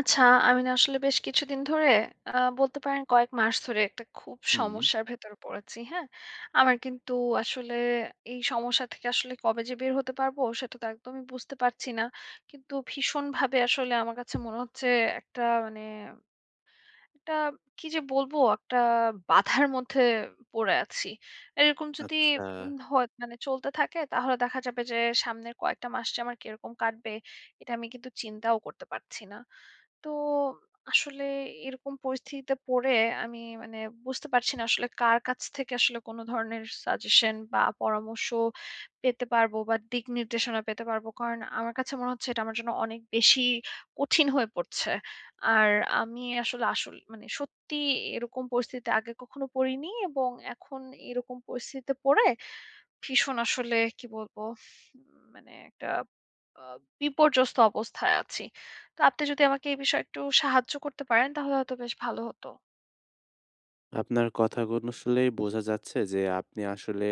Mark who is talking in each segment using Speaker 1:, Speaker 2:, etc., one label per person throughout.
Speaker 1: আচ্ছা, আমি না আসলে বেশ কিছুদিন ধরে আ বলতে পারেন কয়েক মাস ধরে একটা খুব
Speaker 2: হুম।
Speaker 1: সমস্যার ভেতরে পড়েছি, হ্যাঁ? আমার কিন্তু আসলে এই সমস্যা থেকে আসলে কবে যে বের হতে পারবো সেটা তো একদমই বুঝতে পারছি না। কিন্তু ভীষণভাবে আসলে আমার কাছে মনে হচ্ছে একটা মানে একটা কি যে বলবো? একটা বাধার মধ্যে পড়ে আছি। এরকম যদি
Speaker 2: আচ্ছা।
Speaker 1: হয় মানে চলতে থাকে তাহলে দেখা যাবে যে সামনের কয়েকটা মাস যে আমার কিরকম কাটবে এটা আমি কিন্তু চিন্তাও করতে পারছি না। তো আসলে এরকম পরিস্থিতিতে পড়ে আমি মানে বুঝতে পারছি না আসলে কার কাছ থেকে আসলে কোনো ধরনের সাজেশন বা পরামর্শ পেতে পারবো বা দিক নির্দেশনা পেতে পারবো, কারণ আমার কাছে মনে হচ্ছে এটা আমার জন্য অনেক বেশি কঠিন হয়ে পড়ছে। আর আমি আসলে আসল মানে সত্যি এরকম পরিস্থিতিতে আগে কখনো পড়িনি, এবং এখন এরকম পরিস্থিতিতে পড়ে ভীষণ আসলে কি বলবো? মানে একটা আ বিপর্যস্ত অবস্থায় আছি। তো আপনি যদি আমাকে এই বিষয়ে একটু সাহায্য করতে পারেন তাহলে হয়তো বেশ ভালো হতো।
Speaker 2: আপনার কথাগুলো শুনলেই বোঝা যাচ্ছে যে আপনি আসলে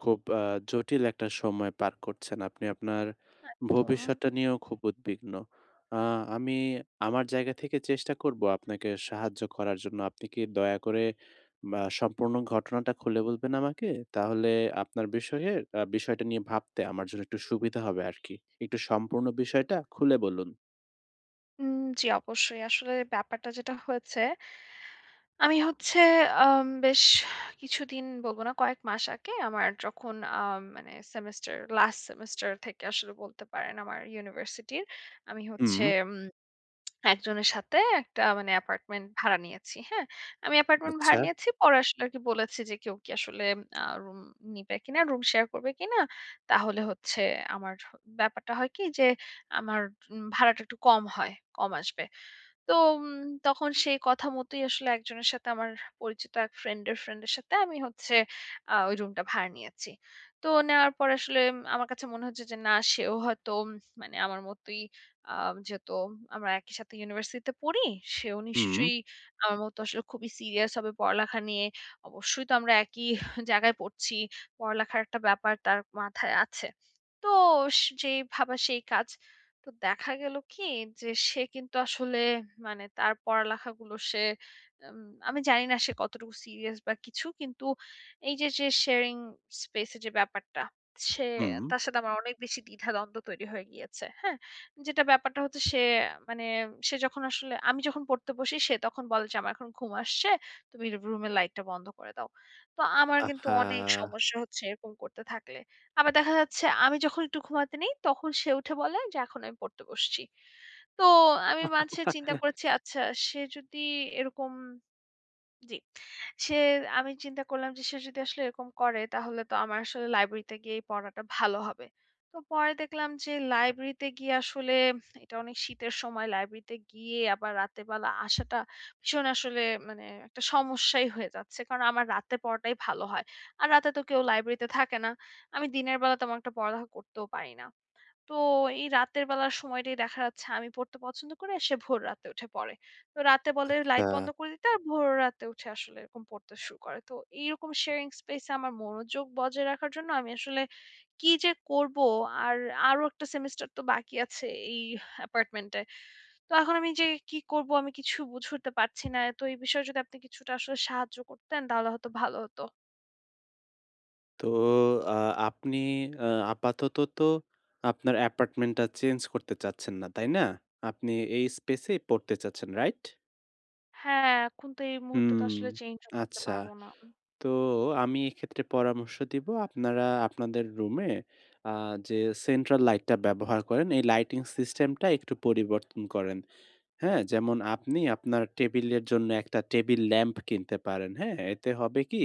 Speaker 2: খুব জটিল একটা সময় পার করছেন। আপনি আপনার
Speaker 1: একদম।
Speaker 2: ভবিষ্যৎটা নিয়েও খুব উদ্বিগ্ন। আ আমি আমার জায়গা থেকে চেষ্টা করব আপনাকে সাহায্য করার জন্য। আপনি কি দয়া করে বা সম্পূর্ণ ঘটনাটা খুলে বলবেন আমাকে? তাহলে আপনার বিষয়ে বিষয়টা নিয়ে ভাবতে আমার জন্য একটু সুবিধা হবে আরকি। একটু সম্পূর্ণ বিষয়টা খুলে বলুন।
Speaker 1: জি, অবশ্যই। আসলে ব্যাপারটা যেটা হয়েছে আমি হচ্ছে বেশ কিছুদিন বলব না, কয়েক মাস আগে আমার যখন মানে সেমেস্টার, লাস্ট সেমেস্টার থেকে আসলে বলতে পারেন আমার ইউনিভার্সিটির আমি হচ্ছে
Speaker 2: হুম।
Speaker 1: একজনের সাথে একটা মানে অ্যাপার্টমেন্ট ভাড়া নিয়েছি, হ্যাঁ? আমি অ্যাপার্টমেন্ট
Speaker 2: আচ্ছা।
Speaker 1: ভাড়া নিয়েছি। পরে আসলে আরকি বলেছি যে কেউ কি আসলে রুম নিবে কিনা, রুম শেয়ার করবে কিনা। তাহলে হচ্ছে আমার ব্যাপারটা হয় কি যে আমার ভাড়াটা একটু কম হয়, কম আসবে। তো তখন সেই কথা মতোই আসলে একজনের সাথে আমার পরিচিত এক ফ্রেন্ডের, ফ্রেন্ডের সাথে আমি হচ্ছে ওই রুমটা ভাড়া নিয়েছি। তো নেওয়ার পর আসলে আমার কাছে মনে হচ্ছে যে না, সেও হয়তো মানে আমার মতোই, আ যেহেতু আমরা একই সাথে ইউনিভার্সিটিতে পড়ি, সেও
Speaker 2: হুম,
Speaker 1: নিশ্চয়ই আমার মতো আসলে খুবই সিরিয়াস হবে পড়ালেখা নিয়ে। অবশ্যই, তো আমরা একই জায়গায় পড়ছি। পড়ালেখার একটা ব্যাপার তার মাথায় আছে। তো যেই ভাবা সেই কাজ। তো দেখা গেল কি, যে সে কিন্তু আসলে মানে তার পড়ালেখাগুলো সে, উম, আমি জানি না সে কতটুকু সিরিয়াস বা কিছু, কিন্তু এই যে যে শেয়ারিং স্পেসে যে ব্যাপারটা, সে,
Speaker 2: হুম।
Speaker 1: তার সাথে আমার অনেক বেশি দ্বিধাদ্বন্দ্ব তৈরি হয়ে গিয়েছে, হ্যাঁ? যেটা ব্যাপারটা হচ্ছে, সে মানে সে যখন আসলে, আমি যখন পড়তে বসি সে তখন বলে যে, আমার এখন ঘুম আসছে, তুমি রুমের লাইটটা বন্ধ করে দাও। তো আমার কিন্তু
Speaker 2: আহা!
Speaker 1: অনেক সমস্যা হচ্ছে এরকম করতে থাকলে। আবার দেখা যাচ্ছে আমি যখন একটু ঘুমাতে নেই তখন সে উঠে বলে যে এখন আমি পড়তে বসছি। তো আমি মাঝে
Speaker 2: আচ্ছা,
Speaker 1: চিন্তা করেছি, আচ্ছা সে যদি এরকম। জি। সে আমি চিন্তা করলাম যে সে যদি আসলে এরকম করে তাহলে তো আমার আসলে লাইব্রেরিতে গিয়েই পড়াটা ভালো হবে। তো পরে দেখলাম যে লাইব্রেরিতে গিয়ে আসলে, এটা অনেক শীতের সময়, লাইব্রেরিতে গিয়ে আবার রাতের বেলা আসাটা ভীষণ আসলে মানে একটা সমস্যাই হয়ে যাচ্ছে। কারণ আমার রাতে পড়াটাই ভালো হয়। আর রাতে তো কেউ লাইব্রেরিতে থাকে না। আমি দিনের বেলা তেমন একটা পড়ালেখা করতেও পারি না। তো এই রাতের বেলার সময়টাই দেখা যাচ্ছে আমি পড়তে পছন্দ করি, আর সে ভোর রাতে উঠে পড়ে। তো রাতে বলে লাইট বন্ধ করে দিতে, আর ভোর রাতে উঠে আসলে এরকম পড়তে শুরু করে। তো এইরকম শেয়ারিং স্পেস এ আমার মনোযোগ বজায় রাখার জন্য আমি আসলে কি যে করব? আর আরো একটা সেমেস্টার তো বাকি আছে এই অ্যাপার্টমেন্টে। তো এখন আমি যে কি করব আমি কিছু বুঝে উঠতে পারছি না। তো এই বিষয়ে যদি আপনি কিছুটা আসলে সাহায্য করতেন তাহলে হয়তো ভালো হতো।
Speaker 2: তো আ আপনি আ আপাতত তো আপনার অ্যাপার্টমেন্টটা চেঞ্জ করতে চাচ্ছেন না, তাই না? আপনি এই স্পেসেই পড়তে চাচ্ছেন, রাইট?
Speaker 1: হ্যাঁ, এখন তো এই মুহূর্তে তো
Speaker 2: হুম,
Speaker 1: আসলে চেঞ্জও করতে
Speaker 2: আচ্ছা।
Speaker 1: পারব না।
Speaker 2: তো আমি এক্ষেত্রে পরামর্শ দিব আপনারা আপনাদের রুমে আ যে সেন্ট্রাল লাইটটা ব্যবহার করেন, এই লাইটিং সিস্টেমটা একটু পরিবর্তন করেন। হ্যাঁ, যেমন আপনি আপনার টেবিলের জন্য একটা টেবিল ল্যাম্প কিনতে পারেন। হ্যাঁ? এতে হবে কি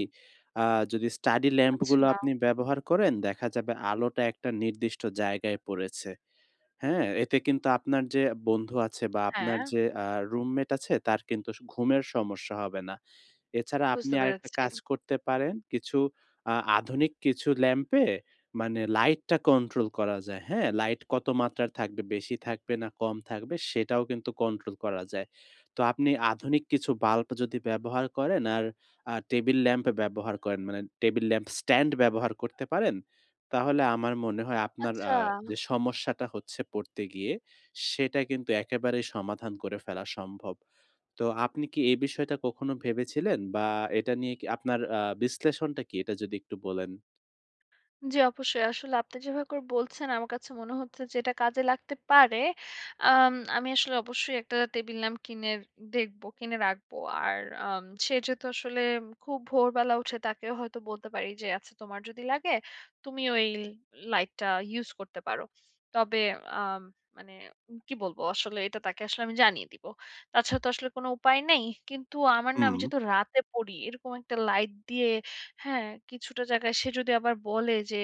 Speaker 2: আ যদি স্টাডি ল্যাম্প
Speaker 1: আচ্ছা,
Speaker 2: গুলো আপনি ব্যবহার করেন দেখা যাবে আলোটা একটা নির্দিষ্ট জায়গায় পড়েছে। হ্যাঁ? এতে কিন্তু আপনার যে বন্ধু আছে বা আপনার
Speaker 1: হ্যাঁ।
Speaker 2: যে রুমমেট আছে তার কিন্তু ঘুমের সমস্যা হবে না। এছাড়া আপনি
Speaker 1: বুঝতে
Speaker 2: আরেকটা
Speaker 1: পেরেছি।
Speaker 2: কাজ করতে পারেন। কিছু আধুনিক কিছু ল্যাম্পে মানে লাইটটা কন্ট্রোল করা যায়, হ্যাঁ? লাইট কত মাত্রার থাকবে, বেশি থাকবে না কম থাকবে সেটাও কিন্তু কন্ট্রোল করা যায়। তো আপনি আধুনিক কিছু বাল্ব যদি ব্যবহার করেন আর টেবিল ল্যাম্প ব্যবহার করেন মানে টেবিল ল্যাম্প স্ট্যান্ড ব্যবহার করতে পারেন। তাহলে আমার মনে হয় আপনার
Speaker 1: আচ্ছা,
Speaker 2: যে সমস্যাটা হচ্ছে পড়তে গিয়ে সেটা কিন্তু একেবারেই সমাধান করে ফেলা সম্ভব। তো আপনি কি এই বিষয়টা কখনো ভেবেছিলেন? বা এটা নিয়ে কি আপনার বিশ্লেষণটা কি? এটা যদি একটু বলেন?
Speaker 1: জি অবশ্যই। আসলে আপনি যেভাবে করে বলছেন আমার কাছে মনে হচ্ছে যে এটা কাজে লাগতে পারে। আমি আসলে অবশ্যই একটা টেবিল ল্যাম্প কিনে দেখব, কিনে রাখবো। আর সে যেহেতু আসলে খুব ভোরবেলা উঠে, তাকে হয়তো বলতে পারি যে, "আচ্ছা, তোমার যদি লাগে তুমিও এই লাইটটা ইউজ করতে পারো।" তবে আম মানে কি বলবো, আসলে এটা তাকে আসলে আমি জানিয়ে দিব। তাছাড়া তো আসলে কোনো উপায় নেই। কিন্তু আমার না, আমি
Speaker 2: হুম।
Speaker 1: যেহেতু রাতে পড়ি এরকম একটা লাইট দিয়ে, হ্যাঁ, কিছুটা জায়গায় সে যদি আবার বলে যে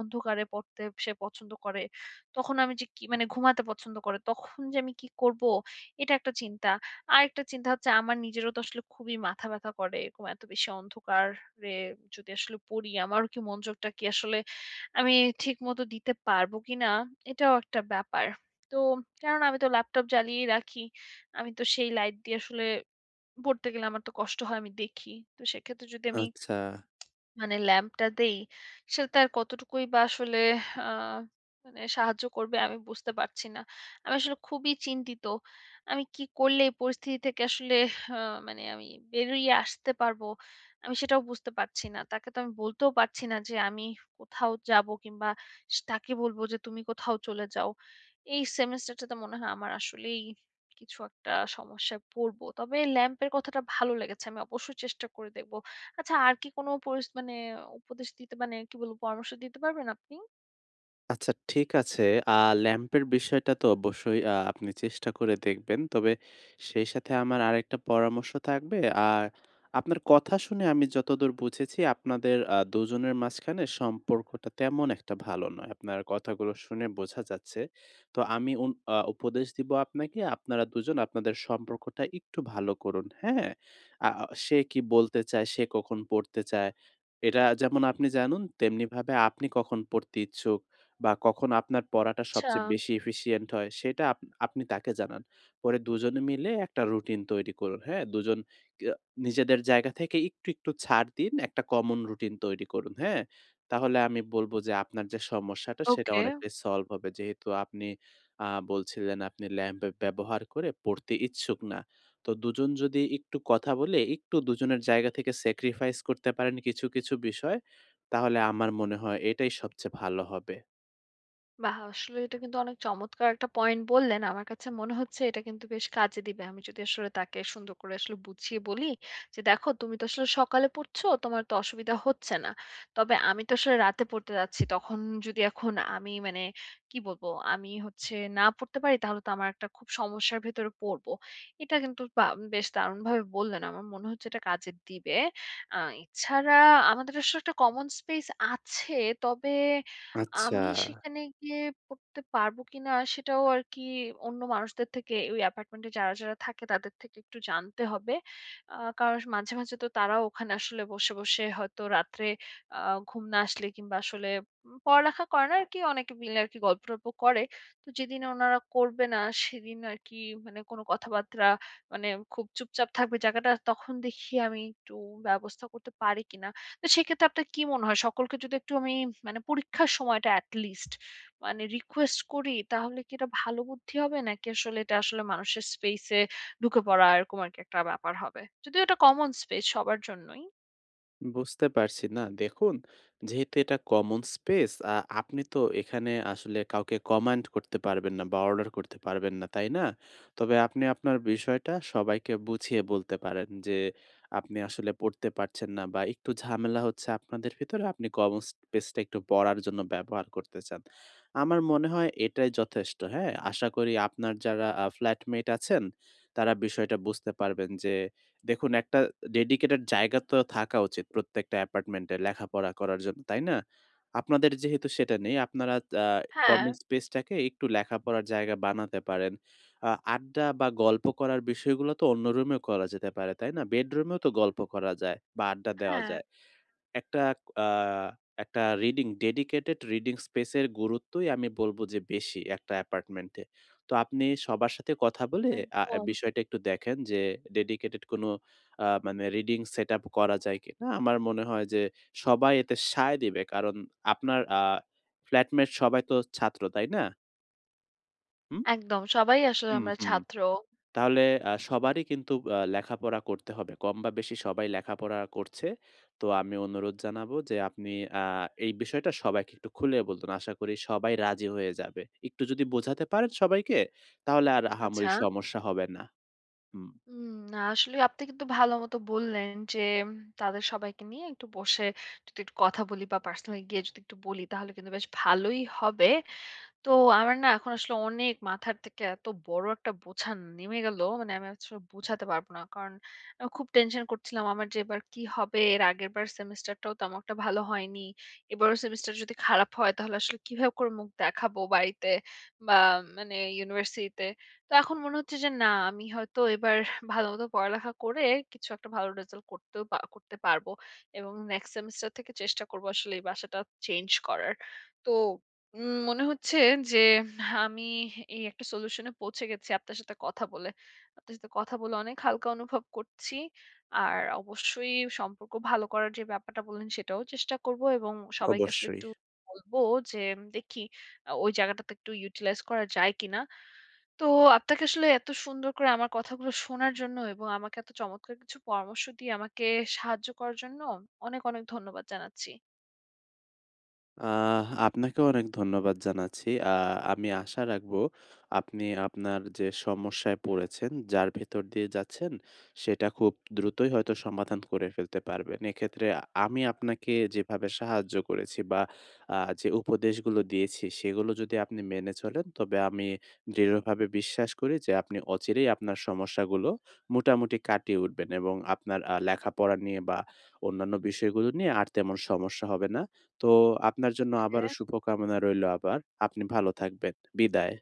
Speaker 1: অন্ধকারে পড়তে সে পছন্দ করে, তখন আমি যে কি, মানে ঘুমাতে পছন্দ করে, তখন যে আমি কি করব? এটা একটা চিন্তা। আরেকটা চিন্তা হচ্ছে, আমার নিজেরও তো আসলে খুবই মাথা ব্যথা করে। এরকম এত বেশি অন্ধকারে যদি আসলে পড়ি, আমারও কি মনোযোগটা, কি আসলে আমি ঠিকমতো দিতে পারবো কিনা? এটাও একটা ব্যাপার। তো কারণ আমি তো ল্যাপটপ জ্বালিয়েই রাখি। আমি তো সেই লাইট দিয়ে আসলে পড়তে গেলে আমার তো কষ্ট হয়, আমি দেখি। তো সেক্ষেত্রে যদি আমি
Speaker 2: আচ্ছা।
Speaker 1: মানে ল্যাম্পটা দেই, সেটা আর কতটুকুই বা আসলে আ মানে সাহায্য করবে আমি বুঝতে পারছি না। আমি আসলে খুবই চিন্তিত। আমি কি করলে এই পরিস্থিতি থেকে আসলে আ মানে আমি বেরিয়ে আসতে পারবো? আমি সেটাও বুঝতে পারছি না। তাকে তো আমি বলতেও পারছি না যে আমি কোথাও যাবো, কিংবা তাকে বলবো যে তুমি কোথাও চলে যাও। এই সেমেস্টারটাতে মনে হয় আমার আসলেই কিছু একটা সমস্যায় পড়বো। তবে ল্যাম্পের কথাটা ভালো লেগেছে। আমি অবশ্যই চেষ্টা করে দেখব। আচ্ছা, আর কি কোনো মানে উপদেশ দিতে, মানে কি বলবো, পরামর্শ দিতে পারবেন আপনি?
Speaker 2: আচ্ছা ঠিক আছে। আ ল্যাম্পের বিষয়টা তো অবশ্যই আপনি চেষ্টা করে দেখবেন। তবে সেই সাথে আমার আরেকটা পরামর্শ থাকবে। আর আপনার কথা শুনে আমি যতদূর বুঝেছি আপনাদের দুজনের মাঝখানে সম্পর্কটা তেমন একটা ভালো নয়। আপনার কথাগুলো শুনে বোঝা যাচ্ছে। তো আমি উন আ উপদেশ দিব আপনাকে আপনারা দুজন আপনাদের সম্পর্কটা একটু ভালো করুন, হ্যাঁ? আ সে কি বলতে চায়, সে কখন পড়তে চায়, এটা যেমন আপনি জানুন তেমনিভাবে আপনি কখন পড়তে ইচ্ছুক বা কখন আপনার পড়াটা
Speaker 1: আচ্ছা,
Speaker 2: সবচেয়ে বেশি এফিসিয়েন্ট হয় সেটা আপনি তাকে জানান। পরে দুজনে মিলে একটা রুটিন তৈরি করুন, হ্যাঁ? দুজন কে নিজেদের জায়গা থেকে একটু, একটু ছাড় দিন, একটা কমন রুটিন তৈরি করুন, হ্যাঁ? তাহলে আমি বলব যে আপনার যে সমস্যাটা সেটা
Speaker 1: ওকে।
Speaker 2: অনেকটাই সলভ হবে। যেহেতু আপনি বলছিলেন আপনি ল্যাম্প ব্যবহার করে পড়তে ইচ্ছুক না। তো দুজন যদি একটু কথা বলে একটু দুজনের জায়গা থেকে স্যাক্রিফাইস করতে পারেন কিছু, কিছু বিষয়, তাহলে আমার মনে হয় এটাই সবচেয়ে ভালো হবে।
Speaker 1: বাহ! আসলে এটা কিন্তু অনেক চমৎকার একটা পয়েন্ট বললেন। আমার কাছে মনে হচ্ছে এটা কিন্তু বেশ কাজে দিবে। আমি যদি আসলে তাকে সুন্দর করে আসলে বুঝিয়ে বলি যে, "দেখো তুমি তো আসলে সকালে পড়ছো, তোমার তো অসুবিধা হচ্ছে না। তবে আমি তো আসলে রাতে পড়তে যাচ্ছি। তখন যদি এখন আমি মানে কি বলবো, আমি হচ্ছে না পড়তে পারি, তাহলে তো আমার একটা খুব সমস্যার ভেতরে পড়বো।" এটা কিন্তু বা বেশ দারুণভাবে বললেন। আমার মনে হচ্ছে এটা কাজে দিবে। আ এছাড়া আমাদের আসলে একটা কমন স্পেস আছে। তবে
Speaker 2: আচ্ছা,
Speaker 1: আমি সেখানে গিয়ে পড়তে পারবো কিনা সেটাও আরকি অন্য মানুষদের থেকে, ওই অ্যাপার্টমেন্টে যারা, যারা থাকে তাদের থেকে একটু জানতে হবে। কারণ মাঝে, মাঝে তো তারাও ওখানে আসলে বসে, বসে হয়তো রাত্রে আ ঘুম না আসলে, কিংবা আসলে পড়ালেখা করে না আরকি, অনেকে মিলে আরকি গল্প-টল্প করে। তো যেদিন ওনারা করবে না, সেদিন আরকি মানে কোনো কথাবার্তা মানে খুব চুপচাপ থাকবে জায়গাটা, তখন দেখি আমি একটু ব্যবস্থা করতে পারি কিনা। তো সেক্ষেত্রে আপনার কি মনে হয়, সকলকে যদি একটু আমি মানে পরীক্ষার সময়টা at least মানে রিকোয়েস্ট করি, তাহলে কি এটা ভালো বুদ্ধি হবে? নাকি আসলে এটা আসলে মানুষের স্পেসে ঢুকে পড়া এরকম আরকি একটা ব্যাপার হবে? যদিও এটা কমন স্পেস সবার জন্যই।
Speaker 2: বুঝতে পারছি। না দেখুন, যেহেতু এটা কমন স্পেস, আপনি তো এখানে আসলে কাউকে কমান্ড করতে পারবেন না বা অর্ডার করতে পারবেন না, তাই না? তবে আপনি আপনার বিষয়টা সবাইকে বুঝিয়ে বলতে পারেন যে, আপনি আসলে পড়তে পারছেন না বা একটু ঝামেলা হচ্ছে আপনাদের ভিতরে, আপনি কমন স্পেসটা একটু পড়ার জন্য ব্যবহার করতে চান। আমার মনে হয় এটাই যথেষ্ট, হ্যাঁ? আশা করি আপনার যারা ফ্ল্যাটমেট আছেন, তারা বিষয়টা বুঝতে পারবেন যে দেখুন একটা ডেডিকেটেড জায়গা তো থাকা উচিত প্রত্যেকটা অ্যাপার্টমেন্টে লেখাপড়া করার জন্য, তাই না? আপনাদের যেহেতু সেটা নেই আপনারা আ
Speaker 1: হ্যাঁ,
Speaker 2: কমন স্পেসটাকে একটু লেখাপড়ার জায়গা বানাতে পারেন। আড্ডা বা গল্প করার বিষয়গুলো তো অন্য রুমেও করা যেতে পারে, তাই না? বেডরুমেও তো গল্প করা যায় বা আড্ডা দেওয়া
Speaker 1: হ্যাঁ,
Speaker 2: যায়। একটা আ একটা রিডিং ডেডিকেটেড রিডিং স্পেস এর গুরুত্বই আমি বলব যে বেশি একটা অ্যাপার্টমেন্টে। তো আপনি সবার সাথে কথা বলে আ
Speaker 1: একদম,
Speaker 2: বিষয়টা একটু দেখেন যে ডেডিকেটেড কোনো মানে রিডিং সেটআপ করা যায় কিনা? আমার মনে হয় যে সবাই এতে সায় দিবে। কারণ আপনার ফ্ল্যাটমেট সবাই তো ছাত্র, তাই না? হুম?
Speaker 1: একদম। সবাই আসলে
Speaker 2: হুম,
Speaker 1: আমরা
Speaker 2: হুম।
Speaker 1: ছাত্র।
Speaker 2: তাহলে সবারই কিন্তু লেখাপড়া করতে হবে। কম বা বেশি সবাই লেখাপড়া করছে। তো আমি অনুরোধ জানাবো যে আপনি আ এই বিষয়টা সবাইকে একটু খুলে বলুন। আশা করি সবাই রাজি হয়ে যাবে। একটু যদি বোঝাতে পারেন সবাইকে, তাহলে আর
Speaker 1: আচ্ছা।
Speaker 2: আহামরি সমস্যা হবে না। হুম।
Speaker 1: উম না আসলে আপনি কিন্তু ভালো মতো বললেন যে উম, তাদের সবাইকে নিয়ে একটু বসে যদি একটু কথা বলি, বা পার্সোনালি গিয়ে যদি একটু বলি তাহলে কিন্তু বেশ ভালোই হবে। তো আমার না এখন আসলে অনেক, মাথার থেকে এত বড় একটা বোঝা নেমে গেল। মানে আমি আসলে বোঝাতে পারব না। কারণ আমি খুব টেনশন করছিলাম, আমার যে এবার কি হবে? এর আগেরবার সেমেস্টারটাও তেমন একটা ভালো হয়নি। এবারও সেমেস্টার যদি খারাপ হয় তাহলে আসলে কিভাবে করে মুখ দেখাবো বাড়িতে, বা মানে ইউনিভার্সিটিতে। তো এখন মনে হচ্ছে যে না, আমি হয়তো এবার ভালোমতো পড়ালেখা করে কিছু একটা ভালো রেজাল্ট করতেও করতে পারব। এবং নেক্সট সেমেস্টার থেকে চেষ্টা করব আসলে এই বাসাটা চেঞ্জ করার। তো মনে হচ্ছে যে আমি এই একটা সলিউশন এ পৌঁছে গেছি আপনার সাথে কথা বলে। আপনার সাথে কথা বলে অনেক হালকা অনুভব করছি। আর অবশ্যই সম্পর্ক ভালো করার যে ব্যাপারটা বললেন সেটাও চেষ্টা করব, এবং সবাইকে আসলে
Speaker 2: অবশ্যই।
Speaker 1: একটু বলব যে দেখি ওই জায়গাটাতে একটু ইউটিলাইজ করা যায় কিনা। তো আপনাকে আসলে এত সুন্দর করে আমার কথাগুলো শোনার জন্য এবং আমাকে এত চমৎকার কিছু পরামর্শ দিয়ে আমাকে সাহায্য করার জন্য অনেক, অনেক ধন্যবাদ জানাচ্ছি।
Speaker 2: আহ আপনাকে অনেক ধন্যবাদ জানাচ্ছি। আমি আশা রাখবো আপনি আপনার যে সমস্যায় পড়েছেন, যার ভেতর দিয়ে যাচ্ছেন, সেটা খুব দ্রুতই হয়তো সমাধান করে ফেলতে পারবেন। এক্ষেত্রে আমি আপনাকে যেভাবে সাহায্য করেছি বা যে উপদেশগুলো দিয়েছি, সেগুলো যদি আপনি মেনে চলেন, তবে আমি দৃঢ়ভাবে বিশ্বাস করি যে আপনি অচিরেই আপনার সমস্যাগুলো মোটামুটি কাটিয়ে উঠবেন এবং আপনার লেখাপড়া নিয়ে বা অন্যান্য বিষয়গুলো নিয়ে আর তেমন সমস্যা হবে না। তো আপনার জন্য আবারও শুভকামনা রইলো আবার। আপনি ভালো থাকবেন। বিদায়।